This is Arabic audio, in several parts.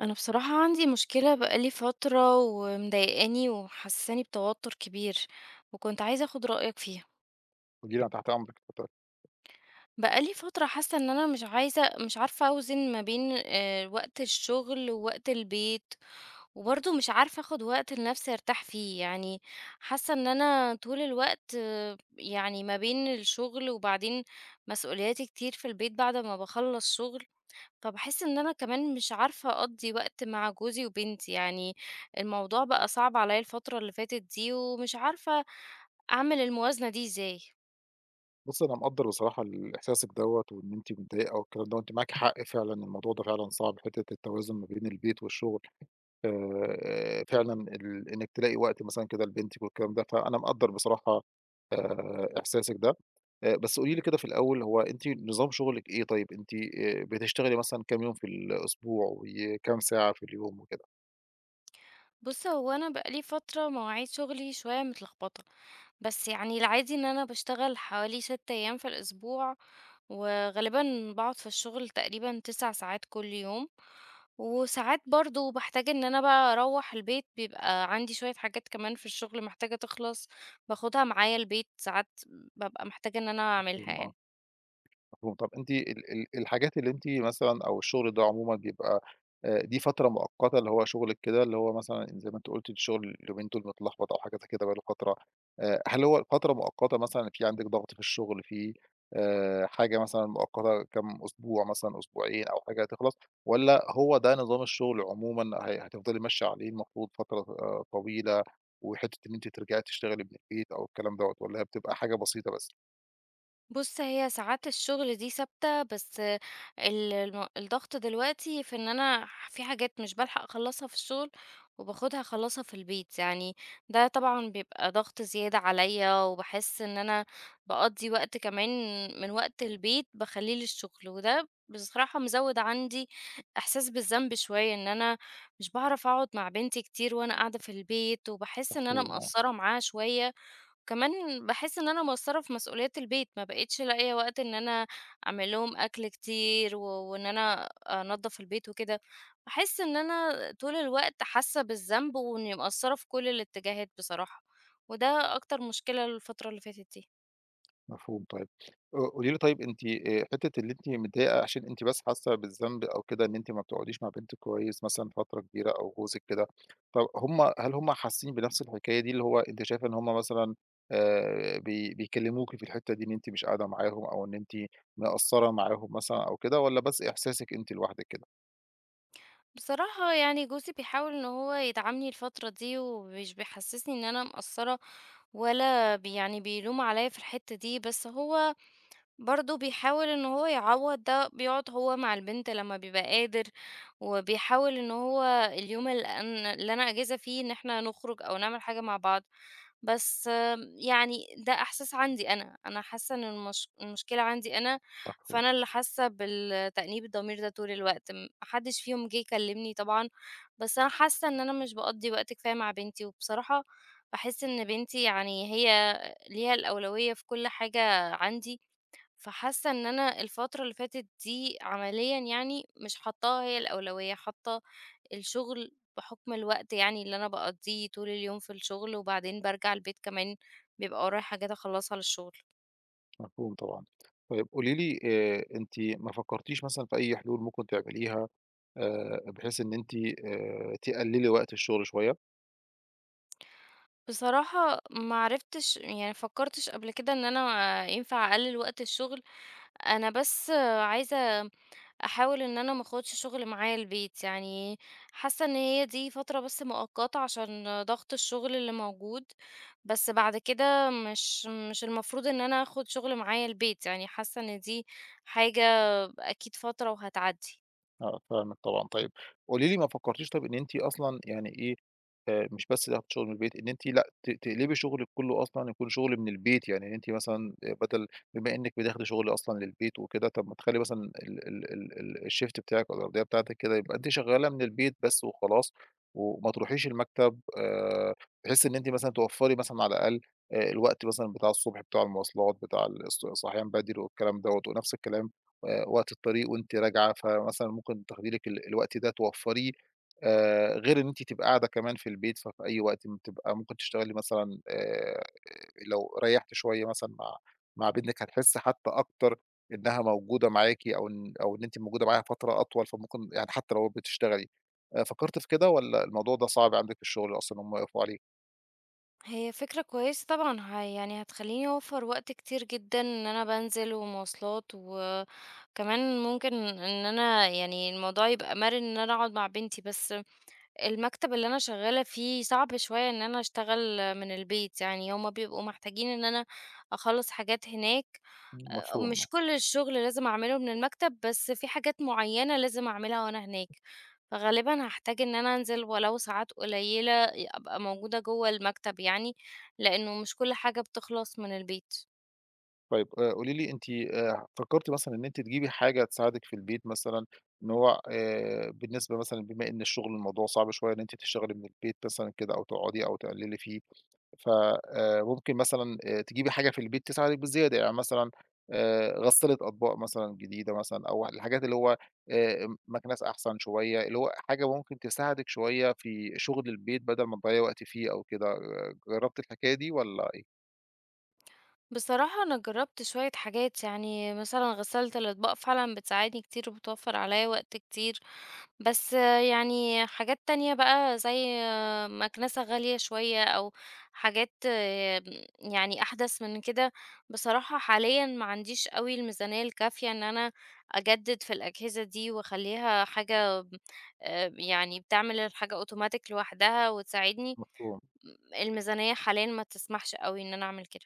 أنا بصراحة عندي مشكلة بقى لي فترة ومضايقاني ومحسساني بتوتر كبير، وكنت عايزة آخُد رأيك فيها. قولي لي أنا تحت أمرِك، اتفضلي. بقى لي فترة حاسة إن أنا مش عارفة أوزن ما بين وقت الشغل ووقت البيت، وبرضه مش عارفة آخُد وقت لنَفْسي أرتاح فيه. يعني حاسة إن أنا طول الوقت يعني ما بين الشغل وبعدين مسؤولياتي كتير في البيت بعد ما باخلّص شغل، فباحس إن أنا كمان مش عارفة أقضّي وقت مع جوزي وبنتي، يعني الموضوع بقى صعب عليّا الفترة اللي فاتت دي، ومش عارفة أعمل الموازنة دي إزاي. بُصّي، أنا مقدّر بصراحة إحساسِك دوّة وإن أنتِ متضايقة والكلام ده، وأنتِ معاكِ حق فعلًا. الموضوع ده فعلًا صعب، حتّة التوازن ما بين البيت والشغل. فعلًا إنِّك تلاقي وقت مثلًا كده لبنتِك والكلام ده، فأنا مقدّر بصراحة إحساسِك ده. بس قولي لي كده في الأول، هو أنتِ نظام شغلِك إيه طيب؟ أنتِ بتشتغلي مثلًا كام يوم في الأسبوع وكام ساعة في اليوم وكده؟ بُص، هو أنا بقى لي فترة مواعيد شغلي شوية متلخبطة، بس يعني العادي إن أنا باشتغل حوالي 6 أيام في الأسبوع، وغالبًا باقعد في الشغل تقريبًا 9 ساعات كل يوم. وساعات برضه باحتاج إن أنا بقى أروّح البيت بيبقى عندي شوية حاجات كمان في الشغل محتاجة تخلص، باخدها معايا البيت، ساعات بابقى محتاجة إن أنا أعملها يعني. مفهوم. طب أنتِ ال ال الحاجات اللي أنتِ مثلًا أو الشغل ده عمومًا بيبقى دي فترة مؤقتة اللي هو شغلِك كده، اللي هو مثلًا زي ما أنتِ قُلتِ الشغل اليومين دول متلخبط أو حاجة زي كده بقى له فترة. هل هو فترة مؤقتة مثلًا، في عندِك ضغط في الشغل، في حاجة مثلًا مؤقتة كام أسبوع مثلًا، أسبوعين أو حاجة هتخلص، والّا هو ده نظام الشغل عمومًا هتفضلي ماشية عليه المفروض فترة طويلة، وحتة إن أنتِ ترجعي تشتغلي من البيت أو الكلام دوّة، والّا هي بتبقى حاجة بسيطة بس؟ بُص، هي ساعات الشغل دي ثابتة، بس ال الم الضغط دلوقتي في إن أنا في حاجات مش بالحق أخلّصها في الشغل، وباخدها أخلّصها في البيت، يعني ده طبعًا بيبقى ضغط زيادة عليَّ، وباحس إن أنا باقضّي وقت كمان من وقت البيت باخلّيه للشغل، وده بصراحة مزوّد عندي إحساس بالذنب شوية، إن أنا مش باعرف أقعد مع بنتي كتير وأنا قاعدة في البيت، وباحس إن أنا مفهوم. مقصّرة معاها شوية. كمان باحس إن أنا مقصّرة في مسؤوليات البيت، ما بقيتش لاقية وقت إن أنا أعمل لهم أكل كتير وإن أنا أنضّف البيت وكده، باحس إن أنا طول الوقت حاسة بالذنب وإني مقصّرة في كل الاتجاهات بصراحة، وده أكتر مشكلة الفترة اللي فاتت دي. مفهوم طيب. قولي لي طيب، أنتِ حتّة اللي أنتِ متضايقة عشان أنتِ بس حاسة بالذنب أو كده، إن أنتِ ما بتقعديش مع بنتِك كويس مثلًا فترة كبيرة أو جوزِك كده، طب هل هم حاسين بنفس الحكاية دي، اللي هو أنتِ شايفة إن هم مثلًا بي بيكلموكِ في الحتّة دي إن أنتِ مش قاعدة معاهم أو إن أنتِ مقصّرة معاهم مثلًا أو كده، والّا بس إحساسِك أنتِ لوحدِك كده؟ بصراحة يعني جوزي بيحاول إن هو يدعمني الفترة دي ومش بيحسّسني إن أنا مقصّرة ولا بي يعني بيلوم عليّا في الحتّة دي، بس هو برضه بيحاول إن هو يعوّض ده، بيقعد هو مع البنت لمّا بيبقى قادر، وبيحاول إن هو اليوم ال أن اللي أنا أجازة فيه إن إحنا نخرج أو نعمل حاجة مع بعض، بس يعني ده إحساس عندي أنا، أنا حاسة إن المشكلة عندي أنا، مفهوم. فأنا اللي حاسة بالتأنيب الضمير ده طول الوقت، ما حدش فيهم جه يكلمني طبعًا، بس أنا حاسة إن أنا مش باقضّي وقت كفاية مع بنتي، وبصراحة باحس إن بنتي يعني هي ليها الأولوية في كل حاجة عندي، فحاسة إن أنا الفترة اللي فاتت دي عمليًا يعني مش حاطاها هي الأولوية، حاطة الشغل بحكم الوقت يعني اللي أنا باقضيه طول اليوم في الشغل، وبعدين بارجع البيت كمان بيبقى ورايا حاجات أخلّصها للشغل. مفهوم طبعًا. طيب قولي لي، أنتِ ما فكرتيش مثلًا في أي حلول ممكن تعمليها بحيث إن أنتِ تقللي وقت الشغل شوية؟ بصراحة ما عرفتش يعني ما فكرتش قبل كده إن أنا ينفع أقلل وقت الشغل، أنا بس عايزة أحاول إن أنا ما آخدش شغل معايا البيت، يعني حاسة إن هي دي فترة بس مؤقتة عشان ضغط الشغل اللي موجود، بس بعد كده مش المفروض إن أنا آخد شغل معايا البيت، يعني حاسة إن دي حاجة أكيد فترة وهتعدّي. آه، فاهمِك طبعًا. طيب قولي لي، ما فكّرتيش طيب إن أنتِ أصلًا يعني إيه، مش بس تاخدي شغل من البيت، إن أنتِ لأ، تقلبي شغلِك كُلّه أصلًا يكون شغل من البيت، يعني إن أنتِ مثلًا بدل، بما إنِّك بتاخدي شغل أصلًا للبيت وكده، طب ما تخلّي مثلًا ال ال ال ال الShift بتاعِك أو الأرضية بتاعتِك كده يبقى أنتِ شغّالة من البيت بس وخلاص، وما تروحيش المكتب، بحيث إن أنتِ مثلًا توفّري مثلًا على الأقل الوقت مثلًا بتاع الصبح، بتاع المواصلات، بتاع الصحيان بدري والكلام دوّة، ونفس الكلام وقت الطريق وأنتِ راجعة، فمثلًا ممكن تاخدي لِك الوقت ده توفّريه، غير إن أنتِ تبقى قاعدة كمان في البيت، ففي أي وقت بتبقى ممكن تشتغلي مثلًا لو ريّحتِ شوية مثلًا مع بنتِك، هتحسّي حتى أكتر إنها موجودة معاكِ، أو إن أنتِ موجودة معاها فترة أطول، فممكن يعني حتى لو بتشتغلي. فكّرتِ في كده والّا الموضوع ده صعب عندِك في الشغل أصلًا إن هم يقفوا عليه؟ هي فكرة كويسة طبعًا، يعني هتخلّيني أوفّر وقت كتير جدًا إن أنا بانزل ومواصلات، وكمان ممكن إن أنا يعني الموضوع يبقى مَرِن إن أنا أقعد مع بنتي، بس المكتب اللي أنا شغّالة فيه صعب شوية إن أنا أشتغل من البيت، يعني هُم بيبقوا محتاجين إن أنا أخلّص حاجات هناك. إمم، مفهوم. مش كل الشغل لازم أعمله من المكتب، بس في حاجات معيّنة لازم أعملها وأنا هناك، فغالبًا هاحتاج إن أنا أنزل ولو ساعات قليلة أبقى موجودة جوّه المكتب يعني، لإنه مش كل حاجة بتخلص من البيت. طيب قولي لي، أنتِ فكرتِ مثلًا إن أنتِ تجيبي حاجة تساعدِك في البيت مثلًا، إن هو بالنسبة مثلًا، بما إن الشغل الموضوع صعب شوية إن أنتِ تشتغلي من البيت مثلًا كده أو تقعدي أو تقللي فيه، ف ممكن مثلًا تجيبي حاجة في البيت تساعدِك بزيادة، يعني مثلًا غسالة أطباق مثلًا جديدة مثلًا، أو الحاجات اللي هو مكنسة أحسن شوية، اللي هو حاجة ممكن تساعدِك شوية في شغل البيت بدل ما تضيّعي وقت فيه أو كده. آه، جربتِ الحكاية دي والّا إيه؟ بصراحة أنا جرّبت شوية حاجات، يعني مثلًا غسالة الأطباق فعلًا بتساعدني كتير وبتوفّر عليّا وقت كتير، بس يعني حاجات تانية بقى زي مكنسة غالية شوية أو حاجات يعني أحدث من كده. بصراحة حاليا ما عنديش قوي الميزانية الكافية إن أنا أجدد في الأجهزة دي وأخليها حاجة يعني بتعمل الحاجة أوتوماتيك لوحدها وتساعدني. مفهوم. الميزانية حاليا ما تسمحش قوي إن أنا أعمل كده.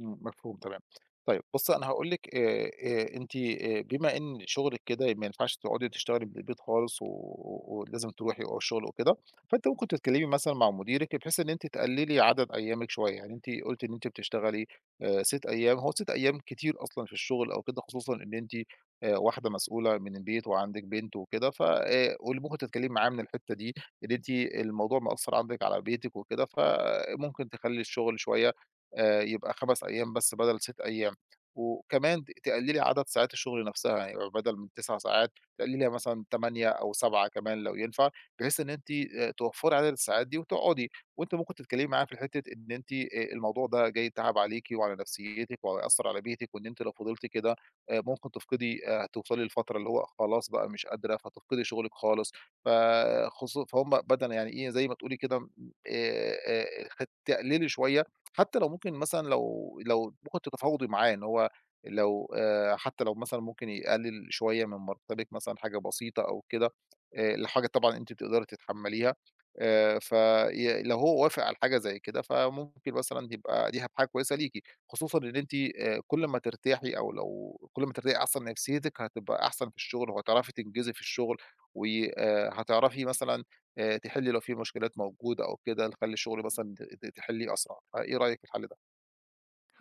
إمم، مفهوم تمام. طيب بُصّي، أنا هاقول لِك، أنتِ بما إن شغلِك كده ما ينفعش تقعدي تشتغلي من البيت خالص ولازم تروحي و الشغل وكده، فأنتِ ممكن تتكلمي مثلًا مع مديرِك بحيث إن أنتِ تقللي عدد أيامِك شوية. يعني أنتِ قُلتِ إن أنتِ بتشتغلي 6 أيام، هو 6 أيام كتير أصلًا في الشغل أو كده، خصوصًا إن أنتِ واحدة مسؤولة من البيت وعندِك بنت وكده. ف واللي ممكن تتكلمي معاه من الحتّة دي، إن أنتِ الموضوع مأثّر عندِك على بيتِك وكده، فممكن تخلّي الشغل شوية يبقى 5 أيام بس بدل 6 أيام، وكمان تقلّلي عدد ساعات الشغل نفسها. يعني يبقى بدل من 9 ساعات، تقلّليها مثلًا 8 أو 7 كمان لو ينفع، بحيث إن أنتِ توفّري عدد الساعات دي وتقعدي. وأنتِ ممكن تتكلمي معاه في حتة إن أنتِ الموضوع ده جاي تعب عليكِ وعلى نفسيتِك وهيأثّر على بيتِك، وإن أنتِ لو فضلتِ كده ممكن تفقدي، هتوصلي لفترة اللي هو خلاص بقى مش قادرة، فتفقدي شغلِك خالص. فهُم بدل، يعني إيه، زي ما تقولي كده، خ تقللي شوية، حتى لو ممكن مثلًا لو ممكن تتفاوضي معاه، إن هو لو حتى لو مثلًا ممكن يقلل شوية من مرتبِك مثلًا حاجة بسيطة أو كده، لحاجة طبعًا أنتِ بتقدري تتحمّليها، في لو هو وافق على حاجة زي كده، فممكن مثلًا يبقى دي حاجة كويسة ليكِ، خصوصًا إن أنتِ كل ما ترتاحي، أو لو كل ما ترتاحي أصلًا، نفسيتِك هتبقى أحسن في الشغل، وهتعرفي تنجزي في الشغل، و هتعرفي مثلًا تحلّي لو في مشكلات موجودة أو كده، تخلّي الشغل مثلًا ت ت تحلّيه أسرع. فإيه رأيِك في الحل ده؟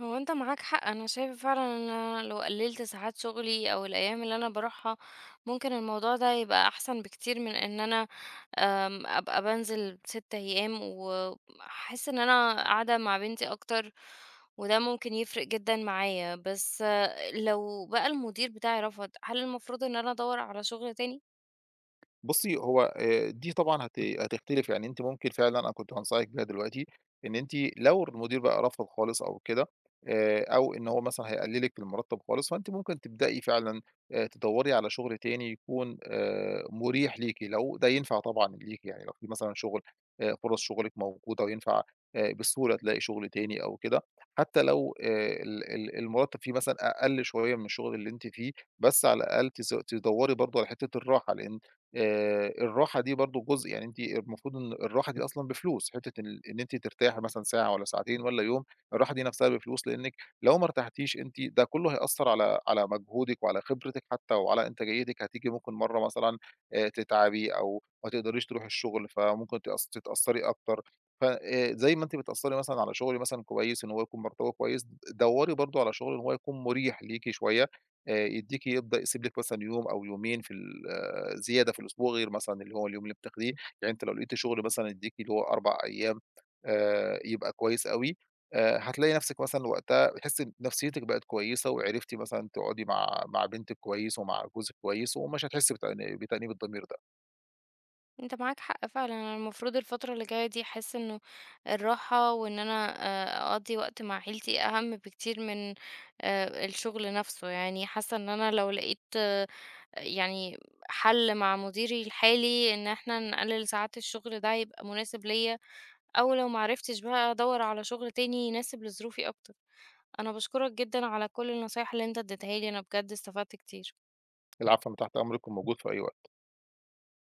هو انت معاك حق انا شايفه فعلا ان انا لو قللت ساعات شغلي او الايام اللي انا بروحها ممكن الموضوع ده يبقى احسن بكتير من ان انا ابقى بنزل 6 ايام واحس ان انا قاعده مع بنتي اكتر، وده ممكن يفرق جدا معايا. بس لو بقى المدير بتاعي رفض هل المفروض ان انا ادور على شغل تاني؟ بُصّي، هو دي طبعًا هتختلف. يعني أنتِ ممكن فعلًا، أنا كنت هانصحِك بيها دلوقتي، إن أنتِ لو المدير بقى رافض خالص أو كده، أو إن هو مثلًا هيقلِّلِك في المرتّب خالص، فأنتِ ممكن تبدئي فعلًا تدوّري على شُغل تاني يكون مُريح ليكِ، لو ده ينفع طبعًا ليكِ، يعني لو في مثلًا شُغل، فرص شُغلِك موجودة وينفع بسهولة تلاقي شُغل تاني أو كده، حتى لو ال ال المرتّب فيه مثلًا أقل شوية من الشُغل اللي أنتِ فيه، بس على الأقل تدوّري برضه على حتّة الراحة، لإن الراحة دي برضه جزء. يعني أنتِ المفروض إن الراحة دي أصلًا بفلوس، حتّة إن أنتِ ترتاحي مثلًا ساعة والّا ساعتين والّا يوم، الراحة دي نَفْسها بفلوس، لإنِّك لو ما ارتحتيش أنتِ ده كُلّه هيأثّر على مجهودِك وعلى خبرتِك حتّى وعلى إنتاجيتِك. هتيجي ممكن مرّة مثلًا تتعبي أو ما تقدريش تروحي الشغل، فممكن تتأثّري أكتر. ف زي ما أنتِ بتأثّري مثلًا على شغل مثلًا كويس إن هو يكون مرتبه كويس، دوّري برضه على شغل إن هو يكون مُريح ليكِ شوية، يدّيكِ، يبدأ يسيب لِك مثلًا يوم أو يومين في ال زيادة في الأسبوع غير مثلًا اللي هو اليوم اللي بتاخديه. يعني أنت لو لقيت شغل مثلًا يدّيك اللي هو 4 أيام يبقى كويس أوي. هتلاقي نفسِك مثلًا وقتها بتحسّي إن نفسيتِك بقت كويسة، وعرفتِ مثلًا تقعدي مع بنتِك كويس ومع جوزِك كويس، ومش هتحسّي بتأنيب الضمير ده. انت معاك حق فعلا انا المفروض الفترة اللي جاية دي احس انه الراحة وان انا اقضي وقت مع عيلتي اهم بكتير من الشغل نفسه. يعني حاسة ان انا لو لقيت يعني حل مع مديري الحالي ان احنا نقلل ساعات الشغل ده يبقى مناسب ليا، او لو معرفتش بقى ادور على شغل تاني يناسب لظروفي اكتر. انا بشكرك جدا على كل النصايح اللي انت اديتها لي، انا بجد استفدت كتير. العفو، أنا تحت أمرِك وموجود في أي وقت.